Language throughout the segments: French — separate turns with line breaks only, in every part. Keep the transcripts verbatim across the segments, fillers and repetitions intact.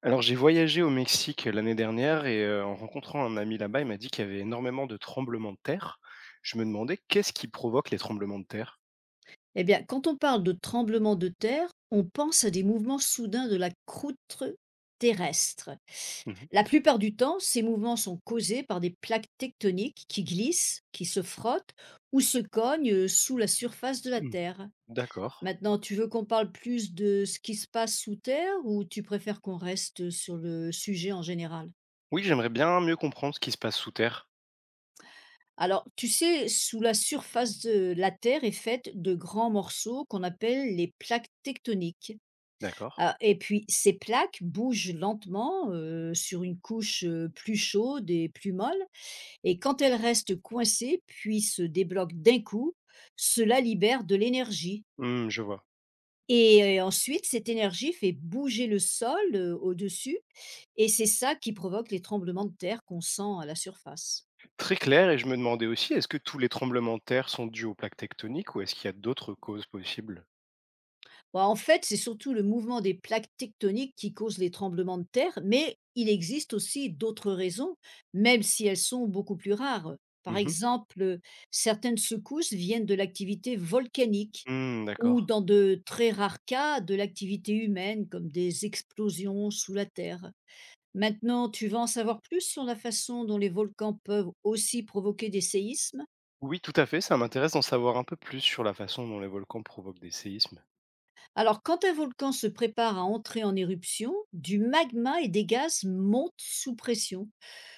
Alors j'ai voyagé au Mexique l'année dernière et heu, en rencontrant un ami là-bas, il m'a dit qu'il y avait énormément de tremblements de terre. Je me demandais qu'est-ce qui provoque les tremblements de terre?
Eh bien, quand on parle de tremblement de terre, on pense à des mouvements soudains de la croûte terrestre.
Mmh mh.
La plupart du temps, ces mouvements sont causés par des plaques tectoniques qui glissent, qui se frottent ou se cognent sous la surface de la
Mmh.
Terre.
D'accord.
Maintenant, tu veux qu'on parle plus de ce qui se passe sous Terre ou tu préfères qu'on reste sur le sujet en général?
Oui, j'aimerais bien mieux comprendre ce qui se passe sous terre.
Alors, tu sais, sous la surface de la Terre est faite de grands morceaux qu'on appelle les plaques tectoniques.
D'accord.
Ah, et puis ces plaques bougent lentement, heu, sur une couche, heu, plus chaude et plus molle, et quand elles restent coincées puis se débloquent d'un coup, cela libère de l'énergie,
Mmh, je vois.
et heu, ensuite cette énergie fait bouger le sol, heu, au-dessus, et c'est ça qui provoque les tremblements de terre qu'on sent à la surface.
Très clair et je me demandais aussi, est-ce que tous les tremblements de terre sont dus aux plaques tectoniques ou est-ce qu'il y a d'autres causes possibles?
Bah, en fait, c'est surtout le mouvement des plaques tectoniques qui cause les tremblements de terre, mais il existe aussi d'autres raisons, même si elles sont beaucoup plus rares. Par
Mmh mh.
exemple, certaines secousses viennent de l'activité volcanique
Mmh,
ou,
d'accord.
dans de très rares cas, de l'activité humaine comme des explosions sous la terre. Maintenant, tu vas en savoir plus sur la façon dont les volcans peuvent aussi provoquer des séismes.
Oui, tout à fait, ça m'intéresse d'en savoir un peu plus sur la façon dont les volcans provoquent des séismes.
Alors, quand un volcan se prépare à entrer en éruption, du magma et des gaz montent sous pression.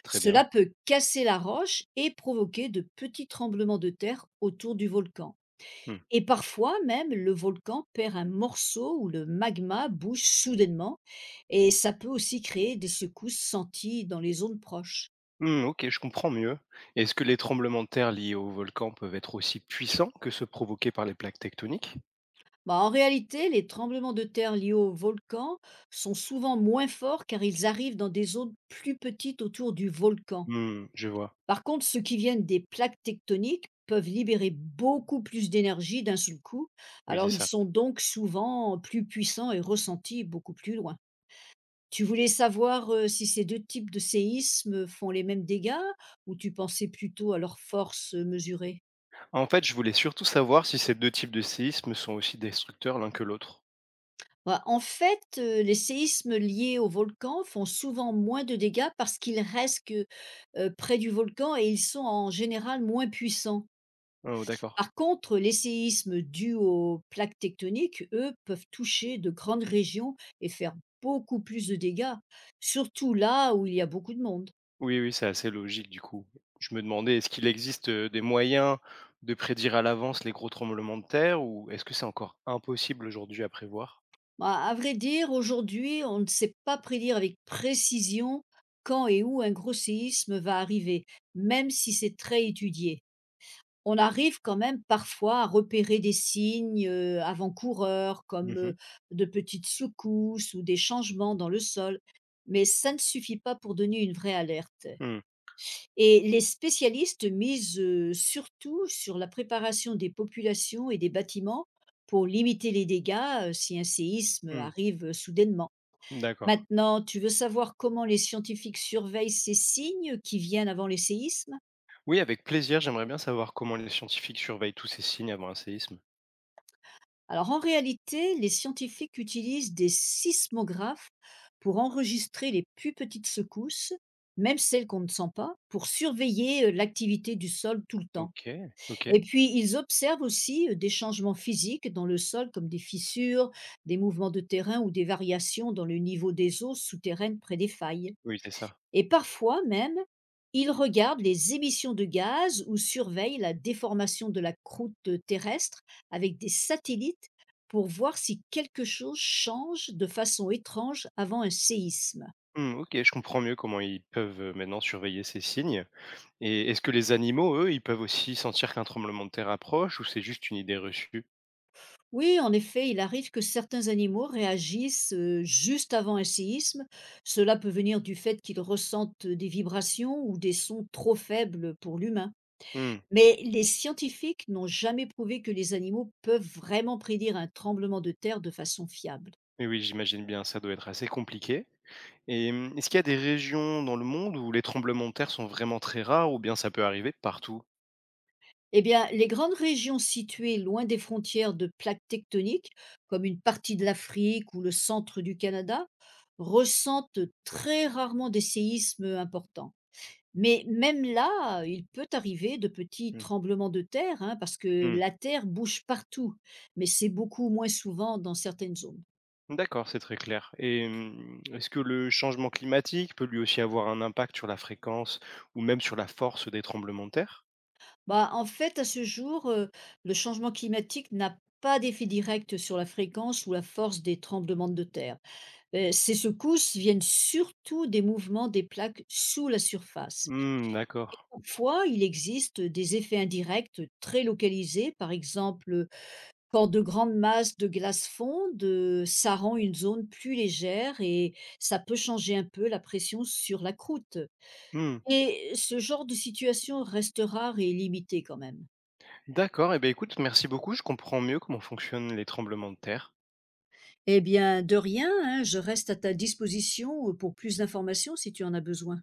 Très
Cela
bien.
peut casser la roche et provoquer de petits tremblements de terre autour du volcan.
Mmh.
Et parfois même, le volcan perd un morceau où le magma bouge soudainement, et ça peut aussi créer des secousses senties dans les zones proches.
Mmh, OK, je comprends mieux. Est-ce que les tremblements de terre liés aux volcans peuvent être aussi puissants que ceux provoqués par les plaques tectoniques?
Bah, en réalité, les tremblements de terre liés au volcan sont souvent moins forts car ils arrivent dans des zones plus petites autour du volcan.
Mmh, je vois.
Par contre, ceux qui viennent des plaques tectoniques peuvent libérer beaucoup plus d'énergie d'un seul coup,
Oui, c'est
alors ils
ça.
sont donc souvent plus puissants et ressentis beaucoup plus loin. Tu voulais savoir euh, si ces deux types de séismes font les mêmes dégâts ou tu pensais plutôt à leur force euh, mesurée?
En fait, je voulais surtout savoir si ces deux types de séismes sont aussi destructeurs l'un que l'autre.
Bah, en fait, euh, les séismes liés au volcan font souvent moins de dégâts parce qu'ils restent que, euh, près du volcan, et ils sont en général moins puissants.
Oh, d'accord.
Par contre, les séismes dus aux plaques tectoniques, eux, peuvent toucher de grandes régions et faire beaucoup plus de dégâts, surtout là où il y a beaucoup de monde.
Oui, oui, c'est assez logique du coup. Je me demandais, est-ce qu'il existe euh, des moyens de prédire à l'avance les gros tremblements de terre ou est-ce que c'est encore impossible aujourd'hui à prévoir?
À à vrai dire, aujourd'hui, on ne sait pas prédire avec précision quand et où un gros séisme va arriver, même si c'est très étudié. On arrive quand même parfois à repérer des signes, heu, avant-coureurs, comme,
Mhm.
heu, de petites secousses ou des changements dans le sol, mais ça ne suffit pas pour donner une vraie alerte,
Mm,
et les spécialistes misent, heu, surtout sur la préparation des populations et des bâtiments pour limiter les dégâts, heu, si un séisme
mm.
arrive, heu, soudainement.
D'accord.
Maintenant, tu veux savoir comment les scientifiques surveillent ces signes qui viennent avant les séismes?
Oui, avec plaisir, j'aimerais bien savoir comment les scientifiques surveillent tous ces signes avant un séisme.
Alors, en réalité, les scientifiques utilisent des sismographes pour enregistrer les plus petites secousses, même celles qu'on ne sent pas, pour surveiller euh, l'activité du sol tout le temps.
OK, OK.
Et puis ils observent aussi euh, des changements physiques dans le sol comme des fissures, des mouvements de terrain ou des variations dans le niveau des eaux souterraines près des failles.
Oui, c'est ça.
Et parfois même, ils regardent les émissions de gaz ou surveillent la déformation de la croûte terrestre avec des satellites pour voir si quelque chose change de façon étrange avant un séisme.
Mmh, OK, je comprends mieux comment ils peuvent, heu, maintenant surveiller ces signes. Et est-ce que les animaux, eux, ils peuvent aussi sentir qu'un tremblement de terre approche ou c'est juste une idée reçue?
Oui, en effet, il arrive que certains animaux réagissent euh, juste avant un séisme. Cela peut venir du fait qu'ils ressentent des vibrations ou des sons trop faibles pour l'humain.
Mmh,
Mais les scientifiques n'ont jamais prouvé que les animaux peuvent vraiment prédire un tremblement de terre de façon fiable.
oui, oui, j'imagine bien, ça doit être assez compliqué et mmh, est-ce qu'il y a des régions dans le monde où les tremblements de terre sont vraiment très rares ou bien ça peut arriver partout?
Eh bien, les grandes régions situées loin des frontières de plaques tectoniques, comme une partie de l'Afrique ou le centre du Canada, ressentent très rarement des séismes importants. Mais même là, il peut arriver de petits
Mmh.
tremblements de terre, hein, parce que
Mmh.
la terre bouge partout, mais c'est beaucoup moins souvent dans certaines zones.
D'accord, c'est très clair et mmh, est-ce que le changement climatique peut lui aussi avoir un impact sur la fréquence ou même sur la force des tremblements de terre?
Bah, en fait, à ce jour, heu, le changement climatique n'a pas d'effet direct sur la fréquence ou la force des tremblements de terre. Heu, ces secousses viennent surtout des mouvements des plaques sous la surface.
Mmh, d'accord.
Parfois, il existe des effets indirects très localisés, par exemple, quand de grandes masses de glace fondent, heu, ça rend une zone plus légère et ça peut changer un peu la pression sur la croûte.
Mmh.
Et ce genre de situation reste rare et limité quand même.
D'accord et ben écoute, merci beaucoup, je comprends mieux comment fonctionnent les tremblements de terre.
Eh bien, de rien, hein, je reste à ta disposition euh, pour plus d'informations si tu en as besoin.